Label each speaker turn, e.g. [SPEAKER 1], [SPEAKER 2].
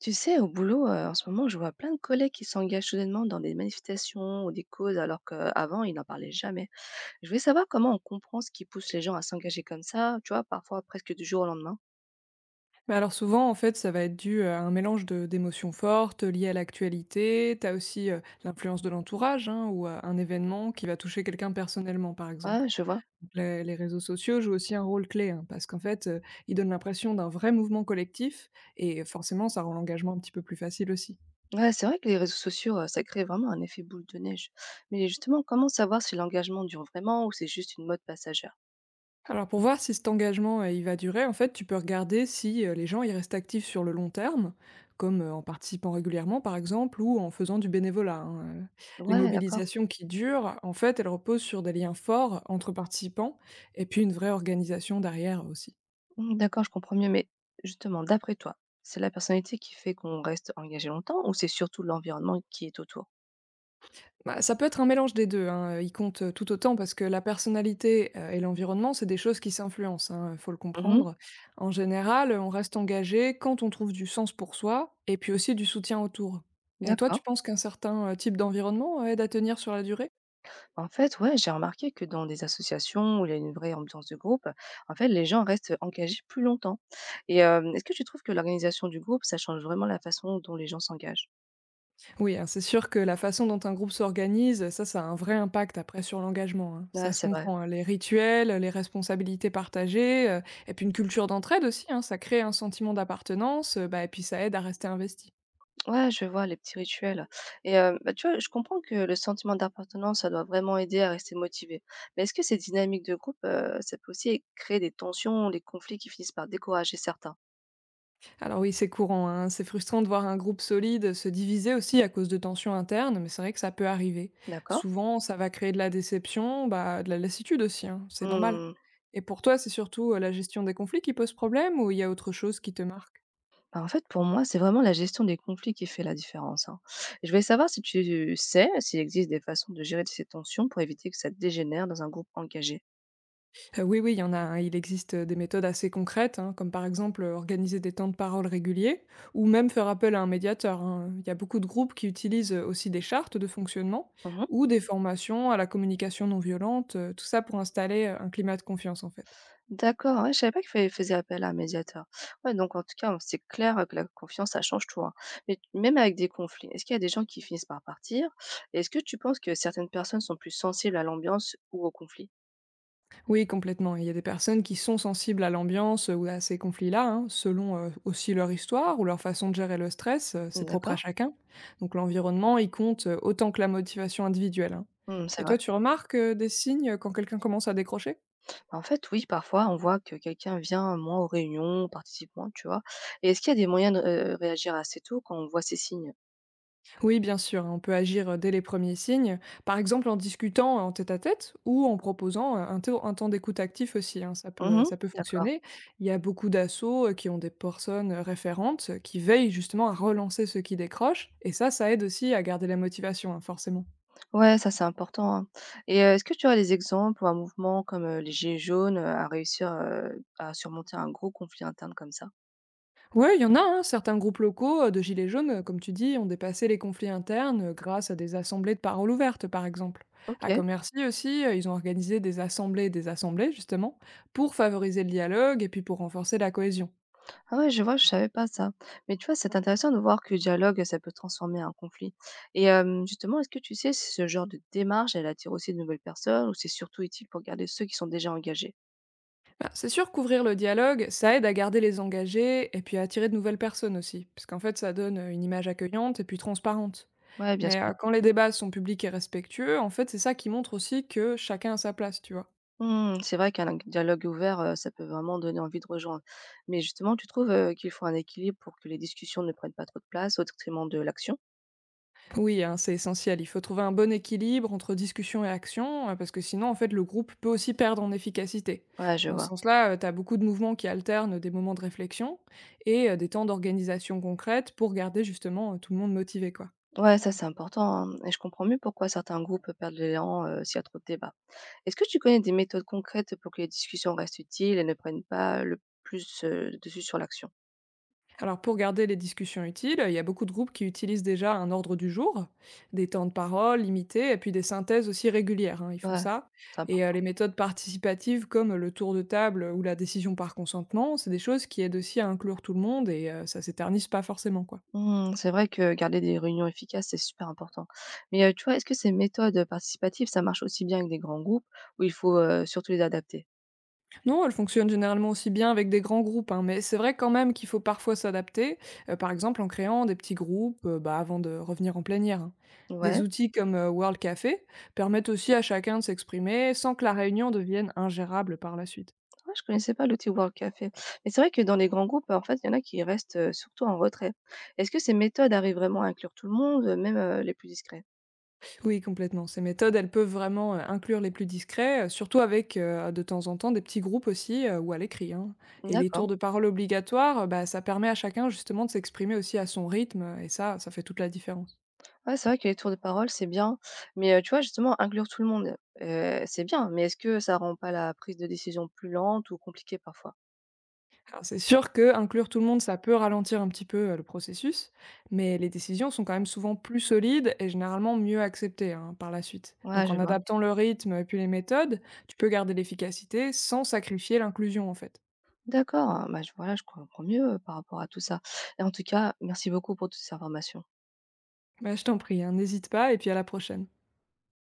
[SPEAKER 1] Tu sais, au boulot, en ce moment, je vois plein de collègues qui s'engagent soudainement dans des manifestations ou des causes alors qu'avant, ils n'en parlaient jamais. Je voulais savoir comment on comprend ce qui pousse les gens à s'engager comme ça, tu vois, parfois presque du jour au lendemain.
[SPEAKER 2] Bah, alors souvent, en fait, ça va être dû à un mélange de d'émotions fortes liées à l'actualité. T'as aussi l'influence de l'entourage hein, ou à un événement qui va toucher quelqu'un personnellement, par
[SPEAKER 1] Ouais,
[SPEAKER 2] exemple.
[SPEAKER 1] je vois.
[SPEAKER 2] Donc, les réseaux sociaux jouent aussi un rôle clé hein, parce qu'en fait, ils donnent l'impression d'un vrai mouvement collectif et forcément, ça rend l'engagement un petit peu plus facile aussi.
[SPEAKER 1] Ouais, c'est vrai que les réseaux sociaux, ça crée vraiment un effet boule de neige. Mais justement, comment savoir si l'engagement dure vraiment ou c'est juste une mode passagère?
[SPEAKER 2] Alors pour voir si cet engagement, il va durer, en fait, tu peux regarder si, les gens, y restent actifs sur le long terme, comme, en participant régulièrement par exemple ou en faisant du bénévolat, hein, Les
[SPEAKER 1] Ouais, d'accord.
[SPEAKER 2] mobilisations qui durent, en fait, elles reposent sur des liens forts entre participants et puis une vraie organisation derrière aussi.
[SPEAKER 1] Mmh, d'accord, je comprends mieux. Mais justement, d'après toi, c'est la personnalité qui fait qu'on reste engagé longtemps ou c'est surtout l'environnement qui est autour?
[SPEAKER 2] Bah, ça peut être un mélange des 2. Hein, ils comptent, tout autant parce que la personnalité, et l'environnement, c'est des choses qui s'influencent, hein, faut le
[SPEAKER 1] Mmh.
[SPEAKER 2] comprendre. En général, on reste engagé quand on trouve du sens pour soi et puis aussi du soutien autour. Et toi, tu
[SPEAKER 1] D'accord.
[SPEAKER 2] penses qu'un certain, type d'environnement aide à tenir sur la durée?
[SPEAKER 1] En fait, ouais, j'ai remarqué que dans des associations où il y a une vraie ambiance de groupe, en fait, les gens restent engagés plus longtemps. Et est-ce que tu trouves que l'organisation du groupe, ça change vraiment la façon dont les gens s'engagent?
[SPEAKER 2] Oui, hein, c'est sûr que la façon dont un groupe s'organise, ça a un vrai impact après sur l'engagement, hein.
[SPEAKER 1] Ah,
[SPEAKER 2] Ça se
[SPEAKER 1] c'est vrai.
[SPEAKER 2] comprend, hein, les rituels, les responsabilités partagées, et puis une culture d'entraide aussi, hein, ça crée un sentiment d'appartenance, bah et puis ça aide à rester investi.
[SPEAKER 1] Ouais, je vois les petits rituels. Et tu vois, je comprends que le sentiment d'appartenance, ça doit vraiment aider à rester motivé. Mais est-ce que ces dynamiques de groupe, ça peut aussi créer des tensions, des conflits qui finissent par décourager certains?
[SPEAKER 2] Alors oui, c'est courant, hein. C'est frustrant de voir un groupe solide se diviser aussi à cause de tensions internes, mais c'est vrai que ça peut arriver.
[SPEAKER 1] D'accord.
[SPEAKER 2] Souvent, ça va créer de la déception, bah, de la lassitude aussi, hein. C'est normal. Et pour toi, c'est surtout la gestion des conflits qui pose problème ou il y a autre chose qui te marque?
[SPEAKER 1] Bah, en fait, pour moi, c'est vraiment la gestion des conflits qui fait la différence, hein. Je voulais savoir si tu sais s'il existe des façons de gérer ces tensions pour éviter que ça dégénère dans un groupe engagé?
[SPEAKER 2] Oui, oui, il y en a, hein. Il existe, des méthodes assez concrètes, hein, comme par exemple, organiser des temps de parole réguliers ou même faire appel à un médiateur, hein. Il y a beaucoup de groupes qui utilisent, aussi des chartes de fonctionnement
[SPEAKER 1] Mmh.
[SPEAKER 2] ou des formations à la communication non violente, tout ça pour installer, un climat de confiance, en fait.
[SPEAKER 1] D'accord, ouais, je savais pas qu'il fallait faisait appel à un médiateur. Ouais, donc en tout cas, c'est clair que la confiance, ça change tout, hein. Mais même avec des conflits, est-ce qu'il y a des gens qui finissent par partir? Est-ce que tu penses que certaines personnes sont plus sensibles à l'ambiance ou au conflit?
[SPEAKER 2] Oui, complètement. Il y a des personnes qui sont sensibles à l'ambiance ou à ces conflits-là, hein, selon aussi leur histoire ou leur façon de gérer le stress, c'est propre à
[SPEAKER 1] D'accord.
[SPEAKER 2] chacun. Donc l'environnement, il compte autant que la motivation individuelle. Hein.
[SPEAKER 1] Mmh, c'est
[SPEAKER 2] Et
[SPEAKER 1] vrai.
[SPEAKER 2] toi, tu remarques des signes quand quelqu'un commence à décrocher.
[SPEAKER 1] En fait, oui, parfois, on voit que quelqu'un vient moins aux réunions, participe moins, tu vois? Et est-ce qu'il y a des moyens de, réagir assez tôt quand on voit ces signes?
[SPEAKER 2] Oui, bien sûr, hein, on peut agir dès les premiers signes, par exemple en discutant en tête-à-tête ou en proposant un, un temps d'écoute actif aussi, hein,
[SPEAKER 1] Mmh,
[SPEAKER 2] ça peut
[SPEAKER 1] d'accord.
[SPEAKER 2] fonctionner. Il y a beaucoup d'assauts qui ont des personnes référentes qui veillent justement à relancer ceux qui décrochent, et ça aide aussi à garder la motivation, hein, forcément.
[SPEAKER 1] Ouais, ça, c'est important, hein. Et est-ce que tu as des exemples ou un mouvement comme, les gilets jaunes, à réussir, à surmonter un gros conflit interne comme ça?
[SPEAKER 2] Ouais, il y en a, hein, certains groupes locaux de Gilets jaunes, comme tu dis, ont dépassé les conflits internes grâce à des assemblées de parole ouverte, par exemple. À
[SPEAKER 1] OK.
[SPEAKER 2] Commercy aussi, ils ont organisé des assemblées et des assemblées, justement, pour favoriser le dialogue et puis pour renforcer la cohésion.
[SPEAKER 1] Ah ouais, je vois, je savais pas ça. Mais tu vois, c'est intéressant de voir que le dialogue, ça peut transformer un conflit. Et justement, est-ce que tu sais si ce genre de démarche, elle attire aussi de nouvelles personnes ou c'est surtout utile pour garder ceux qui sont déjà engagés?
[SPEAKER 2] Bah, c'est sûr qu'ouvrir le dialogue, ça aide à garder les engagés et puis à attirer de nouvelles personnes aussi, parce qu'en fait, ça donne une image accueillante et puis transparente.
[SPEAKER 1] Ouais, bien
[SPEAKER 2] Mais
[SPEAKER 1] sûr.
[SPEAKER 2] quand les débats sont publics et respectueux, en fait, c'est ça qui montre aussi que chacun a sa place, tu vois.
[SPEAKER 1] Mmh, c'est vrai qu'un dialogue ouvert, ça peut vraiment donner envie de rejoindre. Mais justement, tu trouves, qu'il faut un équilibre pour que les discussions ne prennent pas trop de place au détriment de l'action?
[SPEAKER 2] Oui, hein, c'est essentiel. Il faut trouver un bon équilibre entre discussion et action, parce que sinon, en fait, le groupe peut aussi perdre en efficacité.
[SPEAKER 1] Ouais, je
[SPEAKER 2] Dans ce
[SPEAKER 1] vois.
[SPEAKER 2] sens-là, tu as beaucoup de mouvements qui alternent des moments de réflexion et des temps d'organisation concrète pour garder justement tout le monde motivé, quoi.
[SPEAKER 1] Ouais, ça, c'est important, hein, et je comprends mieux pourquoi certains groupes perdent l'élan, s'il y a trop de débats. Est-ce que tu connais des méthodes concrètes pour que les discussions restent utiles et ne prennent pas le plus, le dessus sur l'action?
[SPEAKER 2] Alors pour garder les discussions utiles, il y a beaucoup de groupes qui utilisent déjà un ordre du jour, des temps de parole limités et puis des synthèses aussi régulières, hein, ils font
[SPEAKER 1] Ouais,
[SPEAKER 2] ça.
[SPEAKER 1] c'est
[SPEAKER 2] Et les
[SPEAKER 1] important.
[SPEAKER 2] méthodes participatives comme le tour de table ou la décision par consentement, c'est des choses qui aident aussi à inclure tout le monde et ça s'éternise pas forcément. Quoi.
[SPEAKER 1] Mmh, c'est vrai que garder des réunions efficaces, c'est super important. Mais, tu vois, est-ce que ces méthodes, participatives, ça marche aussi bien avec des grands groupes où il faut, surtout les adapter?
[SPEAKER 2] Non, elles fonctionnent généralement aussi bien avec des grands groupes, hein, mais c'est vrai quand même qu'il faut parfois s'adapter, par exemple en créant des petits groupes bah, avant de revenir en plénière. Hein. Des
[SPEAKER 1] Ouais,
[SPEAKER 2] outils comme World Café permettent aussi à chacun de s'exprimer sans que la réunion devienne ingérable par la suite.
[SPEAKER 1] ouais, je connaissais pas le Tea Work Café. Mais c'est vrai que dans les grands groupes, en fait, il y en a qui restent, surtout en retrait. Est-ce que ces méthodes arrivent vraiment à inclure tout le monde, même, les plus discrets?
[SPEAKER 2] Oui, complètement. Ces méthodes, elles peuvent vraiment inclure les plus discrets, surtout avec de temps en temps des petits groupes aussi ou à l'écrit. Hein. Et les tours
[SPEAKER 1] D'accord.
[SPEAKER 2] de parole obligatoires, bah, ça permet à chacun justement de s'exprimer aussi à son rythme, et ça fait toute la différence.
[SPEAKER 1] Ouais, c'est vrai que les tours de parole, c'est bien. Mais, tu vois, justement, inclure tout le monde, c'est bien, mais est-ce que ça rend pas la prise de décision plus lente ou compliquée parfois?
[SPEAKER 2] Alors, c'est sûr que inclure tout le monde, ça peut ralentir un petit peu, le processus, mais les décisions sont quand même souvent plus solides et généralement mieux acceptées, hein, par la suite.
[SPEAKER 1] Ouais,
[SPEAKER 2] Donc
[SPEAKER 1] je
[SPEAKER 2] en
[SPEAKER 1] vois.
[SPEAKER 2] adaptant le rythme et puis les méthodes, tu peux garder l'efficacité sans sacrifier l'inclusion, en fait.
[SPEAKER 1] D'accord, bah, je voilà, je comprends mieux, par rapport à tout ça et en tout cas, merci beaucoup pour toutes ces informations.
[SPEAKER 2] Bah, je t'en prie, hein, n'hésite pas et puis à la prochaine.